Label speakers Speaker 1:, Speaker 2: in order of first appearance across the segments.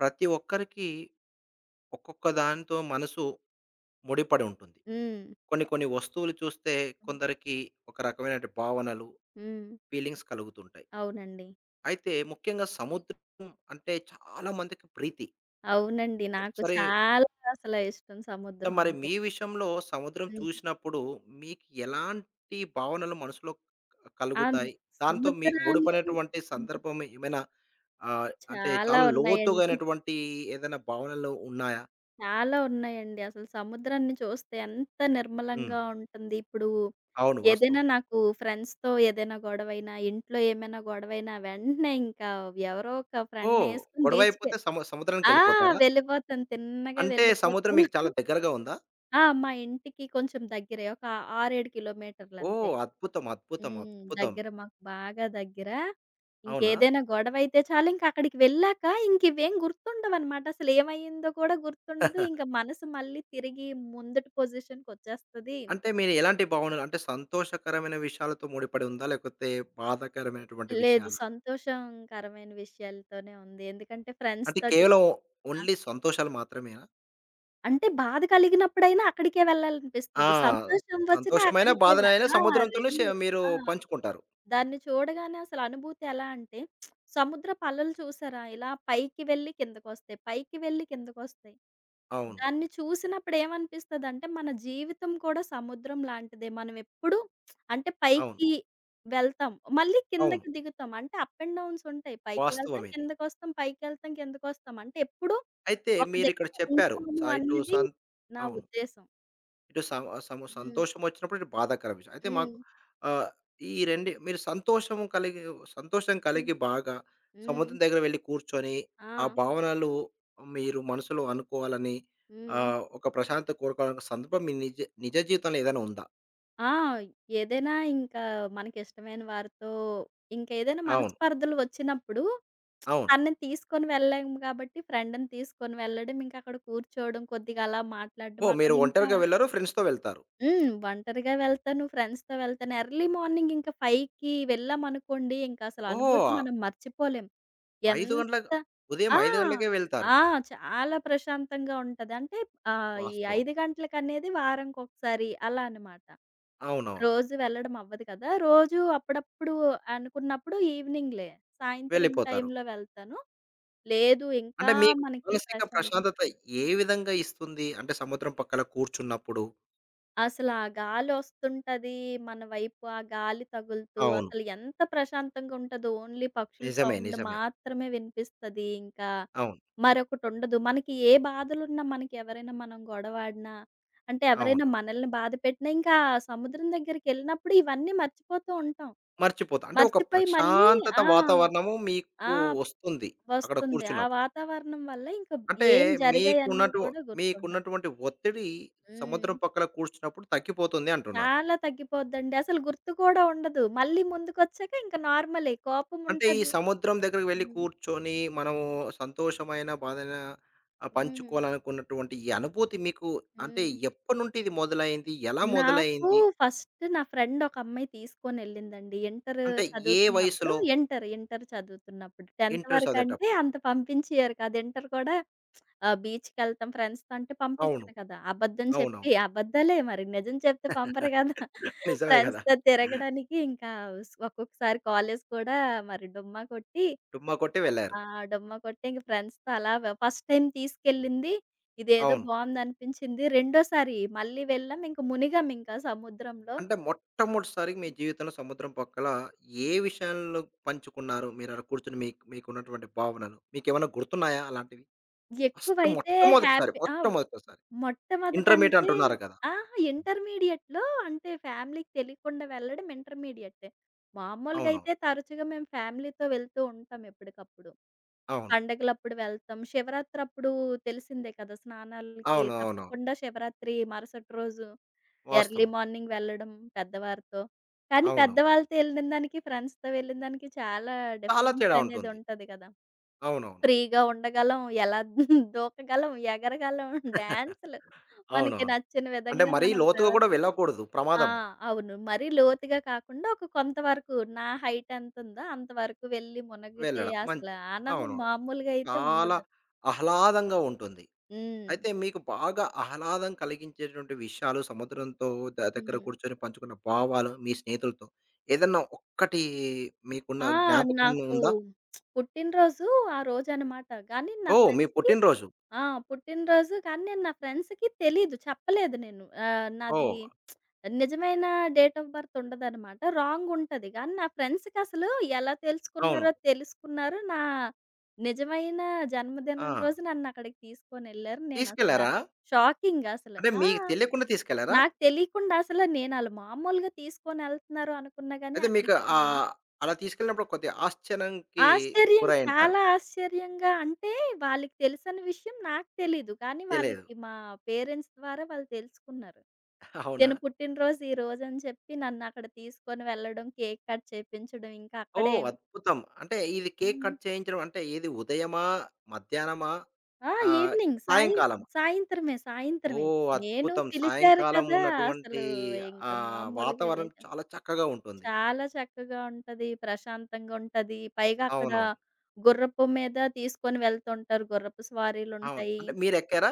Speaker 1: ప్రతి ఒక్కరికి ఒక్కొక్క దానితో మనసు ముడిపడి ఉంటుంది.
Speaker 2: హ్మ్.
Speaker 1: కొన్ని కొన్ని వస్తువులు చూస్తే
Speaker 2: హ్మ్.
Speaker 1: కొందరికి ఒక రకమైన భావనలు,
Speaker 2: హ్మ్.
Speaker 1: ఫీలింగ్స్ కలుగుతుంటాయి.
Speaker 2: అవునండి.
Speaker 1: అయితే ముఖ్యంగా సముద్రం అంటే చాలా మందికి ప్రీతి.
Speaker 2: అవునండి, నాకు
Speaker 1: సరే,
Speaker 2: చాలా అసల ఇష్టం సముద్రం
Speaker 1: మరి
Speaker 2: అంటే.
Speaker 1: మీ విషయంలో సముద్రం
Speaker 2: హ్మ్.
Speaker 1: చూసినప్పుడు మీకు ఎలాంటి భావనలు మనసులో
Speaker 2: ఆ
Speaker 1: కలుగుతాయి? దాంతో మీకు
Speaker 2: సముద్రాన్ని.
Speaker 1: ముడిపడినటువంటి
Speaker 2: హ్మ్.
Speaker 1: సందర్భం ఏమైనా, అంటే
Speaker 2: చాలా
Speaker 1: చాలా
Speaker 2: ఉన్నాయండి.
Speaker 1: లోతుగైనటువంటి ఏదైనా భావనలు ఉన్నాయా?
Speaker 2: చాలా ఉన్నాయండి. అసలు సముద్రాన్ని చూస్తే ఎంత
Speaker 1: హ్మ్.
Speaker 2: నిర్మలంగా ఉంటుంది. ఇప్పుడు
Speaker 1: అవును.
Speaker 2: ఏదైనా
Speaker 1: వాస్తవం.
Speaker 2: నాకు ఫ్రెండ్స్‌తో ఏదైనా గొడవైనా, ఇంట్లో ఏమైనా గొడవైనా వెంటనే ఇంకా ఎవరో ఒక
Speaker 1: ఓహ్!
Speaker 2: ఫ్రెండ్‌నేసుకొని బీచ్‌కే
Speaker 1: గొడవైపోతే
Speaker 2: ఆ,
Speaker 1: సముద్రానికెళ్ళిపోతారా?
Speaker 2: వెళ్ళిపోతాను. తిన్నగా
Speaker 1: అంటే సముద్రం
Speaker 2: వెళ్ళిపోతాను.
Speaker 1: మీకు చాలా దగ్గరగా ఉందా?
Speaker 2: ఆ, మా ఇంటికి కొంచెం దగ్గరే. ఒక 6, 7 కిలోమీటర్లంతే.
Speaker 1: ఓహ్! అద్భుతం. అద్భుతం.
Speaker 2: హ్మ్.
Speaker 1: అద్భుతం.
Speaker 2: దగ్గర, మాకు బాగా దగ్గర.
Speaker 1: అవునా?
Speaker 2: ఇంకేదైనా గొడవైతే చాలు ఇంకక్కడికి వెళ్ళాక ఇంకివేం గుర్తుండవనమాట. అసలేమైందో కూడా గుర్తుండదు. ఇంక మనసు మళ్ళీ తిరిగి ముందటి పొజిషన్‌కొచ్చేస్తది.
Speaker 1: అంటే మీరు ఎలాంటి భావనలు, అంటే సంతోషకరమైన విషయాలతో ముడిపడి ఉందా? లేకపోతే బాధాకరమైనటువంటి
Speaker 2: లేదు,
Speaker 1: విషయాలా?
Speaker 2: సంతోషంకరమైన విషయాలతోనే ఉంది. ఎందుకంటే ఫ్రెండ్స్
Speaker 1: అంటే
Speaker 2: తోటి
Speaker 1: కేవలం ఓన్లీ సంతోషాలు మాత్రమేనా?
Speaker 2: అంటే బాధ కలిగినప్పుడైనా అక్కడికే
Speaker 1: ఆ!
Speaker 2: వెళ్ళాలనిపిస్తది. సంతోషం వచ్చినా
Speaker 1: సంతోషమైన,
Speaker 2: అక్కడికే వె
Speaker 1: బాధనైనా
Speaker 2: ఆ!
Speaker 1: సముద్రంతోనే
Speaker 2: 2
Speaker 1: మీరు
Speaker 2: ఆ!
Speaker 1: పంచుకుంటారు.
Speaker 2: దాన్ని చూడగానే అసలు అనుభూతి ఎలా అంటే, సముద్రపు అలలు చూసారా? ఇలా పైకి వెళ్లి కిందకొస్తాయి. పైకి వెళ్లి కిందకొస్తాయి.
Speaker 1: అవును.
Speaker 2: దాన్ని చూసినప్పుడు ఏమనిపిస్తదంటే, మన జీవితం కూడా సముద్రం లాంటిదే. మనం ఎప్పుడు అంటే
Speaker 1: అవును.
Speaker 2: పైకి వెళ్తాం. మళ్ళీ
Speaker 1: అవును.
Speaker 2: కిందకి దిగుతాం. అంటే అప్ అండ్ డౌన్స్ ఉంటాయి. పైకి
Speaker 1: వాస్తవం
Speaker 2: వెళ్తాం,
Speaker 1: ఇది.
Speaker 2: కిందకొస్తాం, పైకెళ్తాం, కిందకొస్తాం. అంటే ఎప్పుడు
Speaker 1: అయితే
Speaker 2: ఒక
Speaker 1: మీరిక్కడ
Speaker 2: దగ్గర
Speaker 1: చెప్పారు.
Speaker 2: ఉండిపోము
Speaker 1: స ఇటు
Speaker 2: అన్నది
Speaker 1: సం
Speaker 2: నా
Speaker 1: అవును.
Speaker 2: ఉద్దేశం.
Speaker 1: ఇటు సం సము
Speaker 2: హ్మ్.
Speaker 1: సంతోషమొచ్చినప్పుడు, ఇటు బాధాకరమైన విషయం. అయితే మాకు,
Speaker 2: హ్మ్.
Speaker 1: ఆహ్, ఈ రెండి మీరు సంతోషం
Speaker 2: హ్మ్.
Speaker 1: కలిగి బాగా
Speaker 2: హ్మ్.
Speaker 1: సముద్రం దగ్గర వెళ్లి కూర్చొని, ఆ
Speaker 2: ఆ.
Speaker 1: భావనలు మీరు మనసులో అనుకోవాలని,
Speaker 2: హ్మ్.
Speaker 1: ఆహ్, ఒక ప్రశాంతత కోరుకోవాలనుకున్న సందర్భం మీ నిజ నిజ జీవితంలో ఏదైనా ఉందా?
Speaker 2: ఆ, ఏదైనా ఇంకా మనకిష్టమైన వారితో ఇంకేదైనా
Speaker 1: అవును.
Speaker 2: మనస్పర్ధలు వచ్చినప్పుడు
Speaker 1: అవును.
Speaker 2: తనని తీసుకొని వెళ్ళలేము కాబట్టి ఫ్రెండ్‌ని తీసుకొని వెళ్ళడం, ఇంకక్కడ కూర్చోవడం, కొద్దిగా అలా మాట్లాడడం,
Speaker 1: ఓహ్!
Speaker 2: అక్కడ
Speaker 1: మీరు
Speaker 2: ఇంకా.
Speaker 1: ఒంటరిగా వెళ్లరు, ఫ్రెండ్స్‌తో వెళ్తారు.
Speaker 2: హ్మ్. ఒంటరిగా వెళ్తాను. ఫ్రెండ్స్‌తో వెళ్తాను. ఎర్లీ మార్నింగ్ ఇంకా 5కి వెళ్ళామనుకోండి, ఇంకసలు అనుభూతి
Speaker 1: ఓహ్!
Speaker 2: మనం మర్చిపోలేం.
Speaker 1: 5 గంటలకు,
Speaker 2: ఎంత.
Speaker 1: ఉదయం
Speaker 2: ఆ.
Speaker 1: 5 గంటలకే వెళ్తారు.
Speaker 2: ఆ. చాలా ప్రశాంతంగా ఉంటది. అంటే ఈ
Speaker 1: వాస్తవం.
Speaker 2: 5 గంటలకనేది వారంకొకసారి అలా అనమాట.
Speaker 1: అవునవును.
Speaker 2: రోజు వెళ్ళడం అవ్వదు కదా! రోజు అప్పుడప్పుడు అనుకున్నప్పుడు ఈవినింగ్‌లే. సాయంత్రం
Speaker 1: వెళ్ళిపోతారు.
Speaker 2: టైంలో వెళ్తాను. లేదు ఇంకా
Speaker 1: అంటే మీకు
Speaker 2: మనకి
Speaker 1: మానసిక
Speaker 2: ప్రశాంతత
Speaker 1: ప్రశాంతత ఏ విధంగా ఇస్తుంది? అంటే సముద్రం పక్కల కూర్చున్నప్పుడు.
Speaker 2: అసల. ఆ గాలొస్తుంటది మన వైపు. ఆ గాలి తగులుతూ
Speaker 1: అవును.
Speaker 2: అసలు ఎంత ప్రశాంతంగా ఉంటదో, ఓన్లీ పక్షుల
Speaker 1: నిజమే.
Speaker 2: సౌండ్
Speaker 1: నిజమే.
Speaker 2: మాత్రమే వినిపిస్తది. ఇంకా
Speaker 1: అవును.
Speaker 2: మరొకటుండదు. మనకి ఏ బాధలున్నా, మనకి ఎవరైనా, మనం గొడవాడినా, అంటే ఎవరైనా
Speaker 1: అవును.
Speaker 2: మనల్ని బాధ పెట్టినా ఇంకా ఆ సముద్రం దగ్గరికెళ్ళినప్పుడు ఇవన్నీ మర్చిపోతూ ఉంటాం.
Speaker 1: మర్చిపోతా. అంటే ఒక
Speaker 2: మర్చిపోయి మళ్ళీ.
Speaker 1: ప్రశాంతత
Speaker 2: ఆ.
Speaker 1: వాతావరణము
Speaker 2: ఆ,
Speaker 1: మీకు వస్తుంది. అక్కడ
Speaker 2: వస్తుంది. ఆ
Speaker 1: కూర్చున్నప్పుడు.
Speaker 2: వాతావరణం వల్ల ఇంకా
Speaker 1: అంటే
Speaker 2: ఏం జరిగాయన్నీ
Speaker 1: మీకున్నటు
Speaker 2: కూడా గుర్తుండదు.
Speaker 1: మీకున్నటువంటి ఒత్తిడి
Speaker 2: హ్మ్.
Speaker 1: సముద్రం పక్కల కూర్చున్నప్పుడు తగ్గిపోతుంది అంటున్నారు.
Speaker 2: చాలా తగ్గిపోద్దండి. అసలు గుర్తు కూడా ఉండదు. మళ్ళీ ముందుకొచ్చాక ఇంక నార్మలే కోపం
Speaker 1: అంటే ఈ
Speaker 2: ఉంటది.
Speaker 1: సముద్రం దగ్గరికి వెళ్లి
Speaker 2: హ్మ్.
Speaker 1: కూర్చొని మనము సంతోషమైన, బాధైన, ఆహ్,
Speaker 2: హ్మ్.
Speaker 1: పంచుకోవాలనుకున్నటువంటి ఈ అనుభూతి మీకు, అంటే
Speaker 2: హ్మ్.
Speaker 1: ఎప్పటి నుండి ఇది మొదలైంది? ఎలా
Speaker 2: నాకు
Speaker 1: మొదలైంది?
Speaker 2: ఫస్ట్ నా ఫ్రెండ్ ఒక అమ్మాయి తీసుకొనెళ్ళిందండి. ఇంటర్
Speaker 1: అంటే ఏ
Speaker 2: చదువుతున్నప్పుడు,
Speaker 1: వయసులో?
Speaker 2: ఇంటర్ చదువుతున్నప్పుడు. 10థ్
Speaker 1: ఇంటర్
Speaker 2: వరకంటే
Speaker 1: చదివేటప్పుడు.
Speaker 2: అంత పంపించియరు కాదు. ఇంటర్ కూడా బీచ్‌కెళ్తాం ఫ్రెండ్స్‌తో అంటే
Speaker 1: అవును.
Speaker 2: పంపించరు కదా! అబద్ధం
Speaker 1: అవునవును.
Speaker 2: చెప్పి, అబద్దాలే మరి, నిజం చెప్తే పంపరు కదా!
Speaker 1: నిజమే గదా!
Speaker 2: ఫ్రెండ్స్‌తో తిరగడానికి ఇంకా ఒక్కొక్కసారి కాలేజ్ కూడా మరి డుమ్మా కొట్టి.
Speaker 1: డుమ్మా కొట్టి వెళ్లారు.
Speaker 2: ఆ, డమ్మా కొట్టి ఇంక ఫ్రెండ్స్‌తో అలా వ ఫస్ట్ టైమ్ తీసుకెళ్ళింది. ఇదేదో
Speaker 1: అవును.
Speaker 2: బావుందనిపించింది. రెండోసారి మళ్ళీ వెళ్ళాం. ఇంక మునిగామింకా సముద్రంలో.
Speaker 1: అంటే మొట్టమొదటిసారిగా మీ జీవితంలో సముద్రం పక్కల ఏ విషయాల్లో పంచుకున్నారు? మీరలా కూర్చొని మీకున్నటువంటి భావనలు. మీకేమన్నా గుర్తున్నాయా అలాంటివి?
Speaker 2: ఎక్కువైతే హ్యాపీ. ఆ,
Speaker 1: మొట్టమొదటిసారి. ఇంటర్మీడియేట్
Speaker 2: మొట్టమొదటంటే
Speaker 1: అంటున్నారు కదా!
Speaker 2: అహా! ఇంటర్మీడియేట్‌లో అంటే ఫ్యామిలీకి తెలియకుండా వెళ్ళడం ఇంటర్మీడియేటే. మామూలుగా
Speaker 1: అవునవును.
Speaker 2: అయితే తరచుగా మేము ఫ్యామిలీతో వెళ్తూ ఉంటాం ఎప్పటికప్పుడు.
Speaker 1: అవును.
Speaker 2: పండగలప్పుడు వెళ్తాం. శివరాత్రప్పుడు తెలిసిందే కదా! స్నానాలకి
Speaker 1: అవునవునవును.
Speaker 2: తప్పకుండా శివరాత్రి మరుసటి రోజు ఎర్లీ
Speaker 1: వాస్తవం.
Speaker 2: మార్నింగ్ వెళ్ళడం పెద్దవారితో. కానీ
Speaker 1: అవునవును.
Speaker 2: పెద్దవాళ్ళతో ఎళ్ళిన దానికి, ఫ్రెండ్స్‌తో వెళ్ళిన దానికి చాలా
Speaker 1: చాలా
Speaker 2: డిఫరెన్స్
Speaker 1: తేడా
Speaker 2: అనేది
Speaker 1: ఉంటుంది.
Speaker 2: ఉంటది కదా!
Speaker 1: అవునవును.
Speaker 2: ఫ్రీగా ఉండగలం, ఎలా దూకగలం, ఎగరగలం, డాన్సులు మనకి
Speaker 1: అవునవును.
Speaker 2: నచ్చిన
Speaker 1: అంటే
Speaker 2: విధంగా
Speaker 1: మరీ
Speaker 2: మనం
Speaker 1: లోతుగా కూడా
Speaker 2: ప్రవర్తన.
Speaker 1: వెళ్ళకూడదు.
Speaker 2: ఆ,
Speaker 1: ప్రమాదము.
Speaker 2: అవును. మరీ లోతుగా కాకుండా ఒక కొంతవరకు, నా హైట్ ఎంతుందో అంతవరకు వెళ్ళి మునిగితే
Speaker 1: వెళ్ళడం.
Speaker 2: అసల
Speaker 1: మంచి.
Speaker 2: ఆనందం
Speaker 1: అవును.
Speaker 2: మామూలుగా అయితే
Speaker 1: చాలా
Speaker 2: ఉండదు.
Speaker 1: ఆహ్లాదంగా ఉంటుంది.
Speaker 2: హ్మ్.
Speaker 1: అయితే మీకు బాగా ఆహ్లాదం కలిగించేటువంటి విషయాలు సముద్రంతో దగ్గర
Speaker 2: హ్మ్.
Speaker 1: కూర్చొని పంచుకున్న భావాలు మీ స్నేహితులతో ఏదన్నా ఒక్కటి మీకున్న
Speaker 2: ఆ,
Speaker 1: జ్ఞాపకం
Speaker 2: నాకు
Speaker 1: ఉందా?
Speaker 2: పుట్టినరోజు ఆ రోజనమాట. కానీ నా
Speaker 1: ఓహ్! మీ
Speaker 2: ఫ్రెండ్స్‌కి.
Speaker 1: పుట్టినరోజు.
Speaker 2: ఆ, పుట్టినరోజు కానీ నేను నా ఫ్రెండ్స్‌కి తెలీదు. చెప్పలేదు నేను. నాది
Speaker 1: ఓహ్!
Speaker 2: నిజమైన డేట్ ఆఫ్ బర్త్ ఉండదనమాట. రాంగ్ ఉంటది. కానీ నా ఫ్రెండ్స్‌కసలు ఎలా
Speaker 1: అవును.
Speaker 2: తెలుసుకున్నారో తెలుసుకున్నారు. నా నిజమైన
Speaker 1: ఆ!
Speaker 2: జన్మదినం రోజు నన్నక్కడికి తీసుకొనెళ్లారు. నేనసలా
Speaker 1: తీసుకెళ్లారా?
Speaker 2: షాకింగ్ అసలు.
Speaker 1: అంటే
Speaker 2: ఆ,
Speaker 1: మీకు తెలియకుండా తీసుకెళ్లారా?
Speaker 2: నాకు తెలీకుండా అసల. నేనాళ్ళు మామూలుగా తీసుకొనెళ్తున్నారు అనుకున్నా గాని
Speaker 1: అయితే మీకు,
Speaker 2: అక్కడికి
Speaker 1: ఆహ్, అలా తీసుకెళ్ళినప్పుడు కొద్దిగా ఆశ్చర్యానికి
Speaker 2: ఆశ్చర్యం.
Speaker 1: గురైయుంటారు.
Speaker 2: చాలా ఆశ్చర్యంగా అంటే వాళ్ళకి తెలిసని విషయం నాకు తెలీదు. కానీ
Speaker 1: తెలియదు.
Speaker 2: వాళ్ళకి మా పేరెంట్స్ ద్వారా వాళ్ళు తెలుసుకున్నారు.
Speaker 1: అవునా?
Speaker 2: తిన పుట్టినరోజు ఈ రోజని చెప్పి నన్నక్కడ తీసుకొని వెళ్ళడం, కేక్ కట్ చేపించడం ఇంకా అక్కడే.
Speaker 1: ఓహ్! అద్భుతం. అంటే ఇది కేక్
Speaker 2: హ్మ్.
Speaker 1: కట్ చేయించడం అంటే ఏది, ఉదయమా? మధ్యాహ్నమా?
Speaker 2: ఆ,
Speaker 1: ఆ!
Speaker 2: ఈవినింగ్ సాయం
Speaker 1: సాయంకాలం.
Speaker 2: సాయంత్రమే.
Speaker 1: ఓహ్!
Speaker 2: నేను
Speaker 1: అద్భుతం.
Speaker 2: పిలిచారు
Speaker 1: సాయంకాలం
Speaker 2: కదా!
Speaker 1: ఉన్నటువంటి,
Speaker 2: అసలు ఇంక
Speaker 1: ఆహ్,
Speaker 2: మామూలుగా
Speaker 1: వాతావరణం
Speaker 2: లేదు.
Speaker 1: చాలా చక్కగా ఉంటుంది.
Speaker 2: చాలా చక్కగా ఉంటది. ప్రశాంతంగా ఉంటది. పైగా అక్కడ
Speaker 1: అవునవును.
Speaker 2: గుర్రపు మీద తీసుకొని వెళ్తుంటారు. గుర్రపు
Speaker 1: అవును.
Speaker 2: స్వారీలుంటాయి.
Speaker 1: అంటే మీరెక్కారా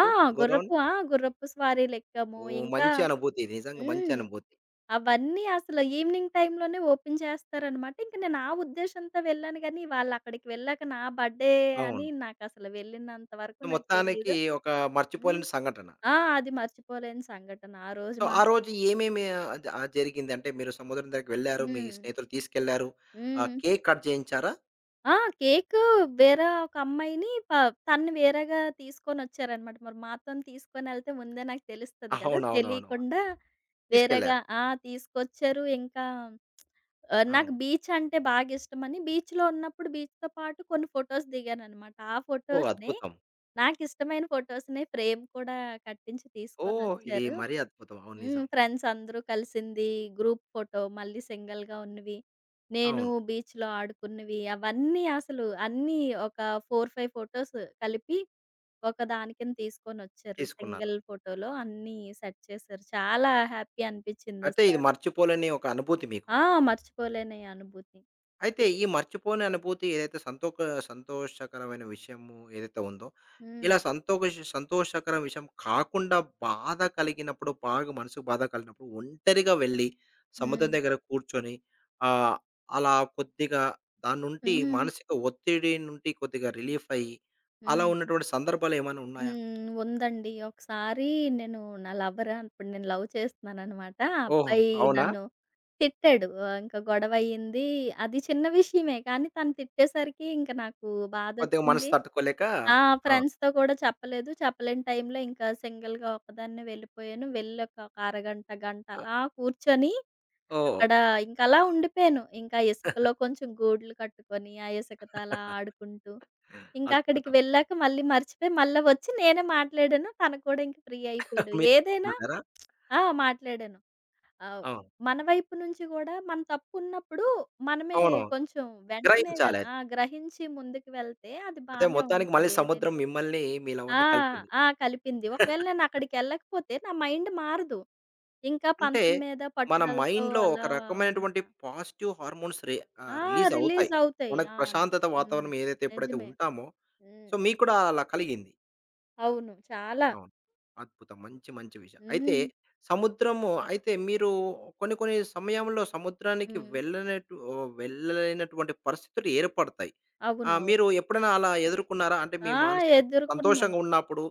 Speaker 2: ఆ,
Speaker 1: గుర్రం?
Speaker 2: గుర్రపు స్వారీలెక్కాము.
Speaker 1: ఓహ్!
Speaker 2: ఇంకా.
Speaker 1: మంచి అనుభూతి ఇది. నిజంగా మంచి
Speaker 2: హ్మ్.
Speaker 1: అనుభూతి.
Speaker 2: అవన్నీ అసలు ఈవినింగ్ టైమ్‌లోనే ఓపెన్ చేస్తారనమాట. ఇంక నేను ఆ ఉద్దేశంతో వెళ్ళాను గానీ, వాళ్ళక్కడికి వెళ్ళాక నా బర్త్‌డే అని
Speaker 1: అవును.
Speaker 2: నాకసలు వెళ్ళినంత వరకు
Speaker 1: సో
Speaker 2: నాకు
Speaker 1: మొత్తానికి
Speaker 2: తెలీదు.
Speaker 1: ఒక
Speaker 2: హ్మ్.
Speaker 1: మర్చిపోలేని సంఘటన.
Speaker 2: ఆ, అది మర్చిపోలేని సంఘటన. ఆ రోజు
Speaker 1: సో, ఆ
Speaker 2: మాత్రం.
Speaker 1: రోజు ఏమేమి, ఆహ్, ఆహ్, జరిగింది? అంటే మీరు సముద్రం దగ్గరికి వెళ్లారు. మీ
Speaker 2: హ్మ్.
Speaker 1: స్నేహితులు తీసుకెళ్లారు. ఆహ్,
Speaker 2: హ్మ్.
Speaker 1: కేక్ కట్ చేయించారా?
Speaker 2: ఆ, కేకు వేరే ఒక అమ్మాయిని ప తనని వేరేగా తీసుకొనొచ్చారనమాట. మరి మా అతను తీసుకొనెళ్తే ముందే నాకు తెలుస్తది కదా!
Speaker 1: అవునవునవును.
Speaker 2: తెలియకుండా వేరేగా.
Speaker 1: తీసుకెళ్లారు.
Speaker 2: ఆ, తీసుకొచ్చారు. ఇంకా నాకు
Speaker 1: అవును.
Speaker 2: బీచ్ అంటే బాగిష్టమని బీచ్‌లో ఉన్నప్పుడు బీచ్‌తో పాటు కొన్ని ఫోటోస్ దిగాననమాట. ఆ
Speaker 1: ఓహ్!
Speaker 2: ఫోటోస్‌ని,
Speaker 1: అద్భుతం.
Speaker 2: నాకిష్టమైన ఫోటోస్‌ని ఫ్రేమ్ కూడా కట్టించి
Speaker 1: ఓహ్! ఇది
Speaker 2: తీసుకొనొచ్చారు.
Speaker 1: మరీ అద్భుతం. అవును.
Speaker 2: హ్మ్.
Speaker 1: నిజం.
Speaker 2: ఫ్రెండ్స్ అందరూ కలిసింది, గ్రూప్ ఫోటో, మళ్ళీ సింగిల్‌గా ఉన్నవి, నేను
Speaker 1: అవును.
Speaker 2: బీచ్‌లో ఆడుకున్నవి, అవన్నీ అసలు అన్నీ ఒక 4, 5 ఫోటోస్ కలిపి ఒక దాని కింద తీసుకొనొచ్చారు.
Speaker 1: తీసుకున్నారు.
Speaker 2: సింగిల్ ఫోటోలో అన్నీ సెట్ చేశారు. చాలా హ్యాపీ
Speaker 1: అయితే
Speaker 2: అనిపిచ్చిందసలు
Speaker 1: ఇది
Speaker 2: ఆ రోజు.
Speaker 1: మర్చిపోలేని ఒక అనుభూతి మీకు.
Speaker 2: ఆ, మర్చిపోలేని అనుభూతి.
Speaker 1: అయితే ఈ మర్చిపోని అనుభూతి ఏదైతే సంతోషకరమైన విషయము ఏదైతే ఉందో,
Speaker 2: హ్మ్.
Speaker 1: ఇలా సంతోషకర విషయం కాకుండా బాధ కలిగినప్పుడు, బాగా మనసుకు బాధ కలిగినప్పుడు ఒంటరిగా వెళ్ళి సముద్రం
Speaker 2: హ్మ్.
Speaker 1: దగ్గర కూర్చొని, ఆహ్, అలా కొద్దిగా దాని నుండి
Speaker 2: హ్మ్.
Speaker 1: మానసిక ఒత్తిడి నుండి కొద్దిగా రిలీఫ్ అయ్యి, అలా
Speaker 2: హ్మ్.
Speaker 1: ఉన్నటువంటి సందర్భాలు ఏమైనా ఉన్నాయా?
Speaker 2: హ్మ్. ఉందండి. ఒకసారి నేను నా లవర్, అప్పుడు నేను లవ్ చేస్తున్నాననమాట. ఆ
Speaker 1: ఓహ్!
Speaker 2: అబ్బాయి
Speaker 1: అవునా?
Speaker 2: నన్ను తిట్టాడు. ఇంకా గొడవయ్యింది. అది చిన్న విషయమే కానీ తను తిట్టేసరికి ఇంక నాకు
Speaker 1: కొద్దిగా మనసు
Speaker 2: బాధొచ్చింది.
Speaker 1: తట్టుకోలేక
Speaker 2: ఆ,
Speaker 1: అవును.
Speaker 2: ఫ్రెండ్స్‌తో కూడా చెప్పలేదు. చెప్పలేని టైంలో ఇంకా సింగిల్‌గా ఒక్కదాన్నే వెళ్ళిపోయాను. వెళ్ళి ఒక అరగంట, గంట
Speaker 1: ఆహ్.
Speaker 2: అలా కూర్చొని
Speaker 1: ఓహ్!
Speaker 2: అక్కడ ఇంకలా ఉండిపోయాను. ఇంకా ఇసుకలో కొంచెం గూడ్లు కట్టుకొని, ఆ ఇసుకతో అలా ఆడుకుంటూ ఇంకా. అక్కడికి
Speaker 1: అద్భుతం.
Speaker 2: వెళ్ళాక మళ్ళీ మర్చిపోయి, మళ్ళా వచ్చి నేనే మాట్లాడాను. తను కూడా ఇంక ఫ్రీ అయిపోయాడు.
Speaker 1: మీరు
Speaker 2: ఏదైనా.
Speaker 1: మాట్లాడారా?
Speaker 2: ఆ, మాట్లాడాను. ఆహ్,
Speaker 1: అవును.
Speaker 2: మన వైపు నుంచి గూడా మన తప్పున్నప్పుడు మనమే
Speaker 1: అవును.
Speaker 2: కొంచెం వెంటనే వెల్
Speaker 1: గ్రహించాలది.
Speaker 2: ఆ! గ్రహించి ముందుకు వెళ్తే అది
Speaker 1: అయితే
Speaker 2: బానే
Speaker 1: మొత్తానికి మళ్ళీ
Speaker 2: ఉంటది ఏదైనా.
Speaker 1: సముద్రం మిమ్మల్ని, మీ
Speaker 2: ఆ.
Speaker 1: లవర్‌ని కలిపింది.
Speaker 2: ఆ, కలిపింది. ఒకవేళ నేను అక్కడికెళ్ళకపోతే నా మైండ్ మారదు. ఇంకా
Speaker 1: అంటే
Speaker 2: పంతం మీద
Speaker 1: మన
Speaker 2: పట్టుదలతో
Speaker 1: మైండ్‌లో ఒక
Speaker 2: అలా
Speaker 1: రకమైనటువంటి
Speaker 2: ఉంటా.
Speaker 1: పాజిటివ్ హార్మోన్స్ ఆహ్,
Speaker 2: ఆ,
Speaker 1: రిలీజ్ అవుతాయి.
Speaker 2: రిలీజ్ అవుతాయి.
Speaker 1: మనకు
Speaker 2: ఆ.
Speaker 1: ప్రశాంతత
Speaker 2: హ్మ్.
Speaker 1: వాతావరణం ఏదైతే ఎప్పుడైతే
Speaker 2: నిజమే.
Speaker 1: ఉంటామో,
Speaker 2: హ్మ్.
Speaker 1: సో మీకు కూడా అలా కలిగింది.
Speaker 2: అవును. చాలా.
Speaker 1: అవును. అద్భుతం. మంచి మంచి విషయం. అయితే
Speaker 2: హ్మ్.
Speaker 1: సముద్రము అయితే మీరు కొన్ని కొన్ని సమయంలో సముద్రానికి
Speaker 2: హ్మ్.
Speaker 1: ఓహ్! వెళ్ళలేనటువంటి పరిస్థితులు ఏర్పడతాయి. ఆహ్,
Speaker 2: అవునవును.
Speaker 1: మీరు ఎప్పుడైనా అలా ఎదుర్కొన్నారా? అంటే మీ
Speaker 2: ఆ,
Speaker 1: మానసిక
Speaker 2: ఎదుర్కొన్నాం.
Speaker 1: సంతోషంగా ఉన్నప్పుడు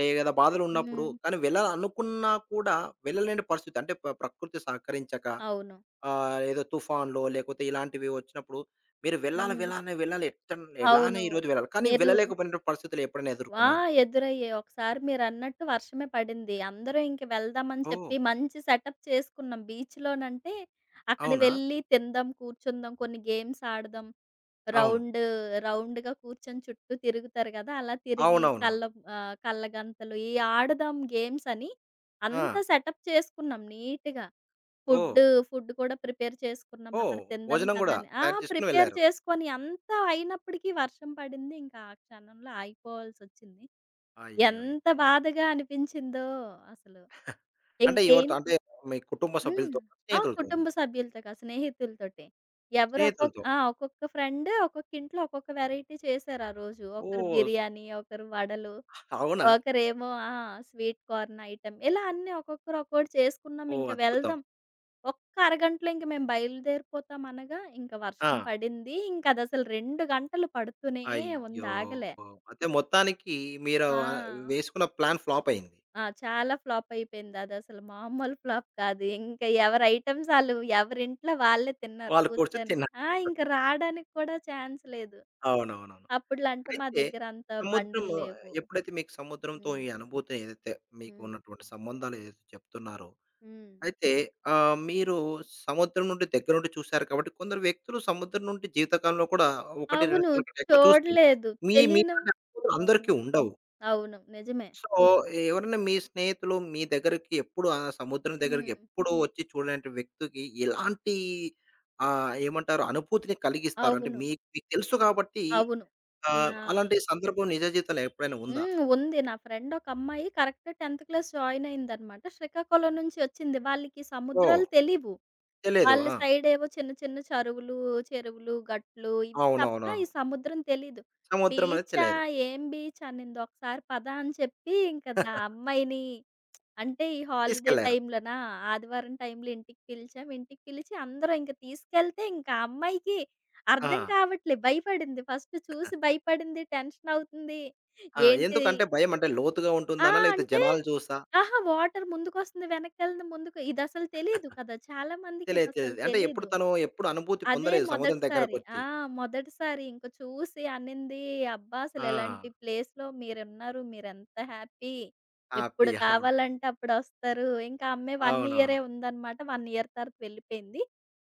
Speaker 1: లేదా బాధలు ఉన్నప్పుడు
Speaker 2: హ్మ్.
Speaker 1: కానీ వెళ్ళాలనుకున్నా కూడా వెళ్ళలేని పరిస్థితి, అంటే ప్రకృతి సహకరించక,
Speaker 2: అవును.
Speaker 1: ఆహ్, ఏదో తుఫాన్‌లో లేకపోతే ఇలాంటివి వచ్చినప్పుడు మీరు
Speaker 2: హ్మ్.
Speaker 1: వెళ్ళాలి, ఎలానే
Speaker 2: అవును.
Speaker 1: ఈరోజు వెళ్ళాలి. కానీ
Speaker 2: మీరు.
Speaker 1: వెళ్ళలేకపోయిన పరిస్థితులు ఎప్పుడైనా
Speaker 2: ఆ,
Speaker 1: ఎదుర్కొన్నారా?
Speaker 2: ఎదురయ్యాయి. ఒకసారి మీరన్నట్టు వర్షమే పడింది. అందరూ ఇంక వెళ్దామని
Speaker 1: ఓహ్!
Speaker 2: చెప్పి మంచి సెటప్ చేసుకున్నాం. బీచ్‌లోనంటే అక్కడ
Speaker 1: అవునా?
Speaker 2: వెళ్లి తిందాం, కూర్చుందాం, కొన్ని గేమ్స్ ఆడదాం.
Speaker 1: అవును.
Speaker 2: రౌండ్ రౌండ్‌గా కూర్చొని చుట్టూ తిరుగుతారు గదా! అలా తిరిగి కళ్ళ,
Speaker 1: అవునవునవును.
Speaker 2: కళ్ళగంతలు ఈ ఆడదాం గేమ్స్ అని
Speaker 1: ఆ!
Speaker 2: అంతా సెటప్ చేసుకున్నాం నీట్‌గా.
Speaker 1: ఓహ్!
Speaker 2: ఫుడ్డు, ఫుడ్ కూడా ప్రిపేర్ చేసుకున్నాం.
Speaker 1: ఓహ్!
Speaker 2: అక్కడ తిందాం
Speaker 1: భోజనం
Speaker 2: కదా
Speaker 1: గూడా
Speaker 2: అని. ఆ,
Speaker 1: తయారు చేసుకొని
Speaker 2: ప్రిపేర్
Speaker 1: వెళ్లారు.
Speaker 2: చేసుకొని అంతా అయినప్పటికీ వర్షం పడింది. ఇంకా ఆ క్షణంలో ఆగిపోవాల్సొచ్చింది. ఎంత
Speaker 1: అయ్యయ్యయ్యో!
Speaker 2: బాధగా అనిపించిందో అసలు.
Speaker 1: అంటే
Speaker 2: ఇంకేం.
Speaker 1: ఎవరితో? అంటే మీ కుటుంబ
Speaker 2: హ్మ్.
Speaker 1: సభ్యులతోనా?
Speaker 2: ఆ,
Speaker 1: స్నేహితులతోనా?
Speaker 2: కుటుంబ సభ్యులతో కాదు, స్నేహితులతోటే. ఎవరు ఒక్కొక్క
Speaker 1: స్నేహితులతో.
Speaker 2: ఆ! ఒక్కొక్క ఫ్రెండ్ ఒక్కొక్క ఇంట్లో ఒక్కొక్క వెరైటీ చేశారు ఆ రోజు. ఒకరు
Speaker 1: ఓహ్! స్
Speaker 2: బిర్యానీ, ఒకరు వడలు,
Speaker 1: అవునా?
Speaker 2: ఒకరేమో స్వీట్ కార్న్ ఐటెమ్, ఇలా అన్నీ ఒక్కొక్కరు ఒక్కోటి చేసుకున్నాం.
Speaker 1: ఓహ్!
Speaker 2: ఇంక
Speaker 1: అద్భుతం.
Speaker 2: వెళ్దాం ఒక్క అరగంటలో ఇంక మేము బయలుదేరిపోతాం అనగా, ఇంక
Speaker 1: ఆ!
Speaker 2: వర్షం పడింది. ఇంకదసలు 2 గంటలు పడుతూనే ఉంది,
Speaker 1: అయ్యో!
Speaker 2: ఆగలే.
Speaker 1: అయితే మొత్తానికి మీరు, ఆహ్,
Speaker 2: ఆ.
Speaker 1: వేసుకున్న ప్లాన్ ఫ్లాప్ అయింది.
Speaker 2: ఆ, చాలా ఫ్లాప్ అయిపోయింది. అదసలు మామూలు ఫ్లాప్ కాదు. ఇంక ఎవరి ఐటెమ్స్ ఆళ్ళు, ఎవరింట్లో వాళ్ళే తిన్నారు
Speaker 1: వాళ్ళు కూర్చొని
Speaker 2: కూర్చొని.
Speaker 1: తిన్నారు.
Speaker 2: ఆ, ఇంక రాడానికి కూడా ఛాన్స్ లేదు.
Speaker 1: అవునవునవును.
Speaker 2: అప్పట్లో అంటే మా
Speaker 1: అయితే
Speaker 2: దగ్గర అంత బండులు
Speaker 1: సముద్రము
Speaker 2: లేవు.
Speaker 1: ఎప్పుడైతే మీకు సముద్రంతో
Speaker 2: హ్మ్.
Speaker 1: ఈ అనుభూతి ఏదైతే మీకు
Speaker 2: హ్మ్.
Speaker 1: ఉన్నటువంటి సంబంధాలు ఏదైతే చెప్తున్నారో,
Speaker 2: హ్మ్.
Speaker 1: అయితే, ఆహ్, మీరు సముద్రం నుండి, దగ్గర నుండి చూసారు కాబట్టి, కొందరు వ్యక్తులు సముద్రం నుండి జీవితకాలంలో కూడా 1, 2
Speaker 2: అవును.
Speaker 1: సార్ల కంటే ఎక్కువ చూస్తారు.
Speaker 2: చూడలేదు. తెలియను.
Speaker 1: మీకంటే అనుభవం
Speaker 2: అవును.
Speaker 1: అందరికీ ఉండవు.
Speaker 2: అవును. నిజమే.
Speaker 1: సో, ఎవరైనా మీ స్నేహితులు మీ దగ్గరికి ఎప్పుడు ఆ సముద్రం దగ్గరికి
Speaker 2: హ్మ్.
Speaker 1: ఎప్పుడు వచ్చి చూడలేనటి వ్యక్తికి ఎలాంటి, ఆహ్, ఏమంటారు, అనుభూతిని కలిగిస్తారు? అంటే
Speaker 2: అవును.
Speaker 1: మీకు మీకు తెలుసు కాబట్టి,
Speaker 2: అవును.
Speaker 1: ఆహ్,
Speaker 2: నా.
Speaker 1: అలాంటి సందర్భం నిజ జీవితంలో ఎప్పుడైనా ఉందా?
Speaker 2: హ్మ్. ఉంది. నా ఫ్రెండ్ ఒక అమ్మాయి కరెక్ట్ 10థ్ క్లాస్ జాయిన్ అయిందనమాట. శ్రీకాకుళం నుంచి వచ్చింది. వాళ్ళకి
Speaker 1: ఓహ్!
Speaker 2: సముద్రాలు తెలీవు.
Speaker 1: తెలియదు.
Speaker 2: వాళ్ళ
Speaker 1: ఆ!
Speaker 2: సైడ్ ఏవో చిన్న చిన్న చరువులు, చెరువులు, గట్లు, ఇవి తప్ప
Speaker 1: అవునవునవును.
Speaker 2: ఈ సముద్రం తెలీదు.
Speaker 1: సముద్రం అనేది
Speaker 2: బీచా,
Speaker 1: తెలియదు.
Speaker 2: ఏం బీచ్ అనింది. ఒకసారి పద అని చెప్పి ఇంక అమ్మాయిని అంటే ఈ హాలిడే
Speaker 1: తీసుకెళ్లారు.
Speaker 2: టైమ్‌లోనా ఆదివారం టైమ్‌లో ఇంటికి పిలిచాం. ఇంటికి పిలిచి అందరం ఇంక తీసుకెళ్తే ఇంకా ఆ అమ్మాయికి
Speaker 1: ఆ!
Speaker 2: అర్థం కావట్లే. భయపడింది. ఫస్ట్ చూసి భయపడింది. టెన్షన్ అవుతుంది.
Speaker 1: ఆ!
Speaker 2: ఏంటి
Speaker 1: ఎందుకంటే భయం, అంటే లోతుగా
Speaker 2: ఆ!
Speaker 1: ఉంటుందనా? లేకపోతే
Speaker 2: అంటే
Speaker 1: జనాలు చూసా?
Speaker 2: అహా! వాటర్ ముందుకొస్తుంది, వెనక్కెళ్తుంది, ముందుకు, ఇదసలు తెలీదు కదా! చాలా మందికి
Speaker 1: తెలియదు.
Speaker 2: ఇదసలు
Speaker 1: తెలియదు. అంటే ఎప్పుడు
Speaker 2: తెలీదు.
Speaker 1: తను ఎప్పుడు అనుభూతి
Speaker 2: అదే
Speaker 1: పొందలేదు సముద్రం
Speaker 2: మొదటిసారి.
Speaker 1: దగ్గరకొచ్చి.
Speaker 2: ఆ, మొదటిసారి ఇంక చూసి అనింది, "అబ్బా! అసలు
Speaker 1: ఆ!
Speaker 2: ఇలాంటి ప్లేస్‌లో మీరున్నారు. మీరెంత హ్యాపీ.
Speaker 1: హ్యాపీ.
Speaker 2: ఎప్పుడు
Speaker 1: అవును.
Speaker 2: కావాలంటే అప్పుడొస్తారు." ఇంకా అమ్మాయి 1
Speaker 1: అవునవును.
Speaker 2: ఇయరే ఉందనమాట. 1 ఇయర్ తర్వాత వెళ్ళిపోయింది.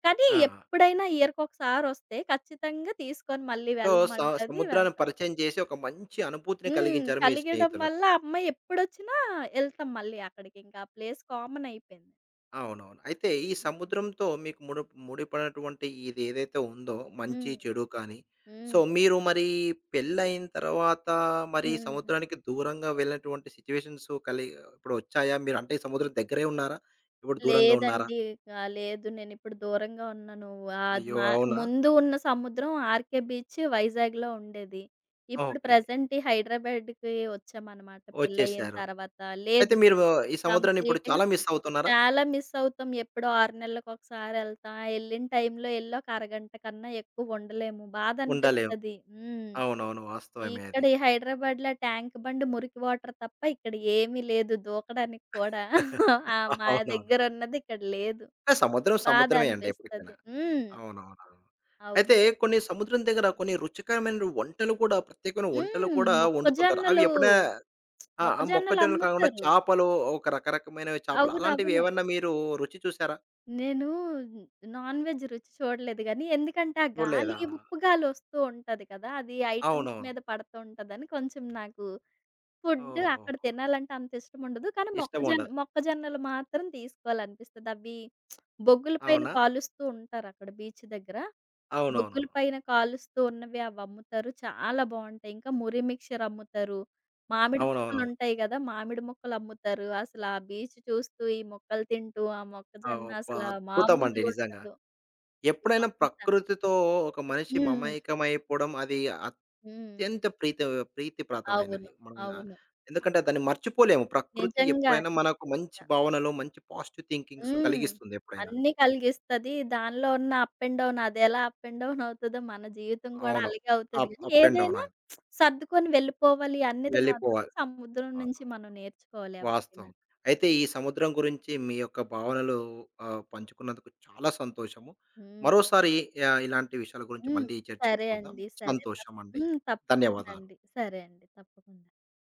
Speaker 2: కానీ
Speaker 1: ఆ!
Speaker 2: ఎప్పుడైనా ఇయర్‌కొకసారొస్తే ఖచ్చితంగా తీసుకొని మళ్ళీ
Speaker 1: సో, స
Speaker 2: వెళ్ళమంటది.
Speaker 1: సముద్రాన్ని
Speaker 2: వెళ్తాం.
Speaker 1: పరిచయం చేసి ఒక మంచి అనుభూతిని
Speaker 2: హ్మ్.
Speaker 1: కలిగించారు మీ
Speaker 2: కలిగడం
Speaker 1: స్నేహితులకు.
Speaker 2: వల్ల అమ్మాయి ఎప్పుడొచ్చినా ఎళ్తాం మళ్ళీ అక్కడికి. ఇంకా ఆ ప్లేస్ కామన్ అయిపోయింది.
Speaker 1: అవునవును. అయితే ఈ
Speaker 2: హుహు.
Speaker 1: సముద్రంతో మీకు ముడిపడినటువంటి ఇది ఏదైతే ఉందో, మంచి,
Speaker 2: హ్మ్.
Speaker 1: చెడు కానీ, సో
Speaker 2: హ్మ్.
Speaker 1: మీరు మరి పెళ్ళయిన తర్వాత మరి
Speaker 2: హ్మ్.
Speaker 1: సముద్రానికి దూరంగా వెళ్ళినటువంటి సిట్యుయేషన్స్ కలి ఇప్పుడు వచ్చాయా? మీరు అంటే ఈ సముద్రం దగ్గరే ఉన్నారా? ఇప్పుడు దూరంగా ఉన్నారా?
Speaker 2: లేదండి. లేదు నేనిప్పుడు దూరంగా ఉన్నాను.
Speaker 1: అయ్యో!
Speaker 2: మా
Speaker 1: అవునా?
Speaker 2: ముందు ఉన్న సముద్రం 'ఆర్‌కే బీచ్' వైజాగ్‌లో ఉండేది. ఇప్పుడు
Speaker 1: ఓకే.
Speaker 2: ప్రెజెంట్ ఈ హైదరాబాద్‌కి వచ్చామనమాట పెళ్లయిన
Speaker 1: వచ్చేసారు.
Speaker 2: తర్వాత.
Speaker 1: అయితే
Speaker 2: లేదు.
Speaker 1: మీరు ఈ సముద్రాన్ని ఇప్పుడు
Speaker 2: కంప్లీట్‌గా
Speaker 1: చాలా మిస్ అవుతున్నారా?
Speaker 2: చాలా మిస్ అవుతాం. ఎప్పుడో 6 నెలలకొకసారి ఎళ్తాం. ఆ ఎళ్ళిన టైంలో ఎళ్ళి ఒక అరగంట కన్నా ఎక్కువ ఉండలేము.
Speaker 1: ఉండలేం.
Speaker 2: బాధనిపిస్తది. హ్మ్.
Speaker 1: అవునవును. వాస్తవమే
Speaker 2: ఇక్కడ
Speaker 1: అది.
Speaker 2: ఈ హైదరాబాద్‌లో ట్యాంక్ బండ్ మురికి వాటర్ తప్ప ఇక్కడ ఏమీ లేదు దూకడానికి కూడా. ఆ, మా
Speaker 1: అవునవును.
Speaker 2: దగ్గరున్నది ఇక్కడ లేదు.
Speaker 1: ఆ, సముద్రం
Speaker 2: బాధ
Speaker 1: సముద్రమే అండి ఎప్పటికైనా.
Speaker 2: అనిపిస్తది. హ్మ్.
Speaker 1: అవునవునవును. అయితే
Speaker 2: అవును.
Speaker 1: కొన్ని సముద్రం దగ్గర కొన్ని రుచికరమైన వంటలు కూడా, ప్రత్యేకమైన వంటలు
Speaker 2: హ్మ్.
Speaker 1: కూడా వండుతుంటారు. అవి
Speaker 2: మొక్కజొన్నలు,
Speaker 1: ఎప్పుడైనా, ఆ! ఆ
Speaker 2: మొక్కజొన్నలు
Speaker 1: మొక్కజొన్నలు కాకుండా
Speaker 2: అమ్ముతారు.
Speaker 1: చేపలు, ఒక రకరకమైనవి చేపలు అలాంటివి
Speaker 2: అవునవును.
Speaker 1: ఏమన్నా మీరు రుచి చూసారా?
Speaker 2: నేను నాన్ వెజ్ రుచి చూడలేదు గానీ, ఎందుకంటే ఆ గాలి,
Speaker 1: చూడలేదా?
Speaker 2: ఉప్పు గాలొస్తూ ఉంటది కదా! అది ఐటెమ్స్
Speaker 1: అవునవును.
Speaker 2: మీద పడుతూ ఉంటదని కొంచెం నాకు ఫుడ్
Speaker 1: ఓహోహో!
Speaker 2: అక్కడ తినాలంటే అంత ఇష్టం ఉండదు. కానీ
Speaker 1: ఇష్టముండదు.
Speaker 2: మొక్కజొన్నలు మాత్రం తీసుకోవాలనిపిస్తది. అవి బొగ్గుల పైన
Speaker 1: అవునా?
Speaker 2: కాలుస్తూ ఉంటారు అక్కడ బీచ్ దగ్గర.
Speaker 1: అవునవునవును.
Speaker 2: బొగ్గుల పైన కాలుస్తూ ఉన్నవి అవి అమ్ముతారు. చాలా బావుంటాయి. ఇంకా మురి మిక్చర్ అమ్ముతారు. మామిడి
Speaker 1: అవునవును.
Speaker 2: ముక్కలుంటాయి గదా! మామిడి ముక్కలు అమ్ముతారు. అసలు ఆ బీచ్ చూస్తూ, ఈ ముక్కలు తింటూ, ఆ
Speaker 1: ఆహ్,
Speaker 2: మొక్కజొన్న
Speaker 1: అబ్బా!
Speaker 2: అసల
Speaker 1: అద్భుతమండి నిజంగా.
Speaker 2: మామూలుగుండదు.
Speaker 1: ఎప్పుడైనా
Speaker 2: ఇదంతా.
Speaker 1: ప్రకృతితో ఒక మనిషి
Speaker 2: హ్మ్.
Speaker 1: మమేకమైపోవడం అది
Speaker 2: హ్మ్.
Speaker 1: అత్యంత ప్రీతిప్రాతమైనది.
Speaker 2: అవును.
Speaker 1: మన,
Speaker 2: అవును.
Speaker 1: ఎందుకంటే దాన్ని మర్చిపోలేము. ప్రకృతి
Speaker 2: నిజంగా
Speaker 1: ఎప్పుడైనా
Speaker 2: అండి.
Speaker 1: మనకు మంచి
Speaker 2: నిజంగా.
Speaker 1: భావనలో, మంచి పాజిటివ్ థింకింగ్స్
Speaker 2: హ్మ్.
Speaker 1: కలిగిస్తుంది ఎప్పుడైనా.
Speaker 2: అన్నీ కలిగిస్తది. దానిలో ఉన్న అప్ అండ్ డౌన్ అదెలా అప్ అండ్ డౌన్ అవుతదో మన జీవితం కూడా
Speaker 1: అవును.
Speaker 2: అలాగే అవుతది
Speaker 1: అప్
Speaker 2: గానీ,
Speaker 1: అప్ అండ్ డౌన్
Speaker 2: ఏదైనా
Speaker 1: అది.
Speaker 2: సర్దుకొని వెళ్ళిపోవాలి అనేది మాత్రం
Speaker 1: వెళ్ళిపోవాలి.
Speaker 2: సముద్రం
Speaker 1: అవును.
Speaker 2: నుంచి మనం నేర్చుకోవాలి ఎవరైనా.
Speaker 1: వాస్తవం. అయితే ఈ సముద్రం గురించి మీ యొక్క భావనలు, ఆహ్, పంచుకున్నందుకు చాలా సంతోషము.
Speaker 2: హ్మ్.
Speaker 1: మరోసారి, ఆహ్, ఇలాంటి విషయాల గురించి
Speaker 2: హ్మ్.
Speaker 1: మళ్ళీ
Speaker 2: సరే
Speaker 1: చర్చించుకుందాం.
Speaker 2: అండి. సరే. తప్.
Speaker 1: సంతోషం అండి.
Speaker 2: హ్మ్. తప్పకుండా
Speaker 1: ధన్యవాదాలు.
Speaker 2: అండి. సరే అండి. తప్పకుండా.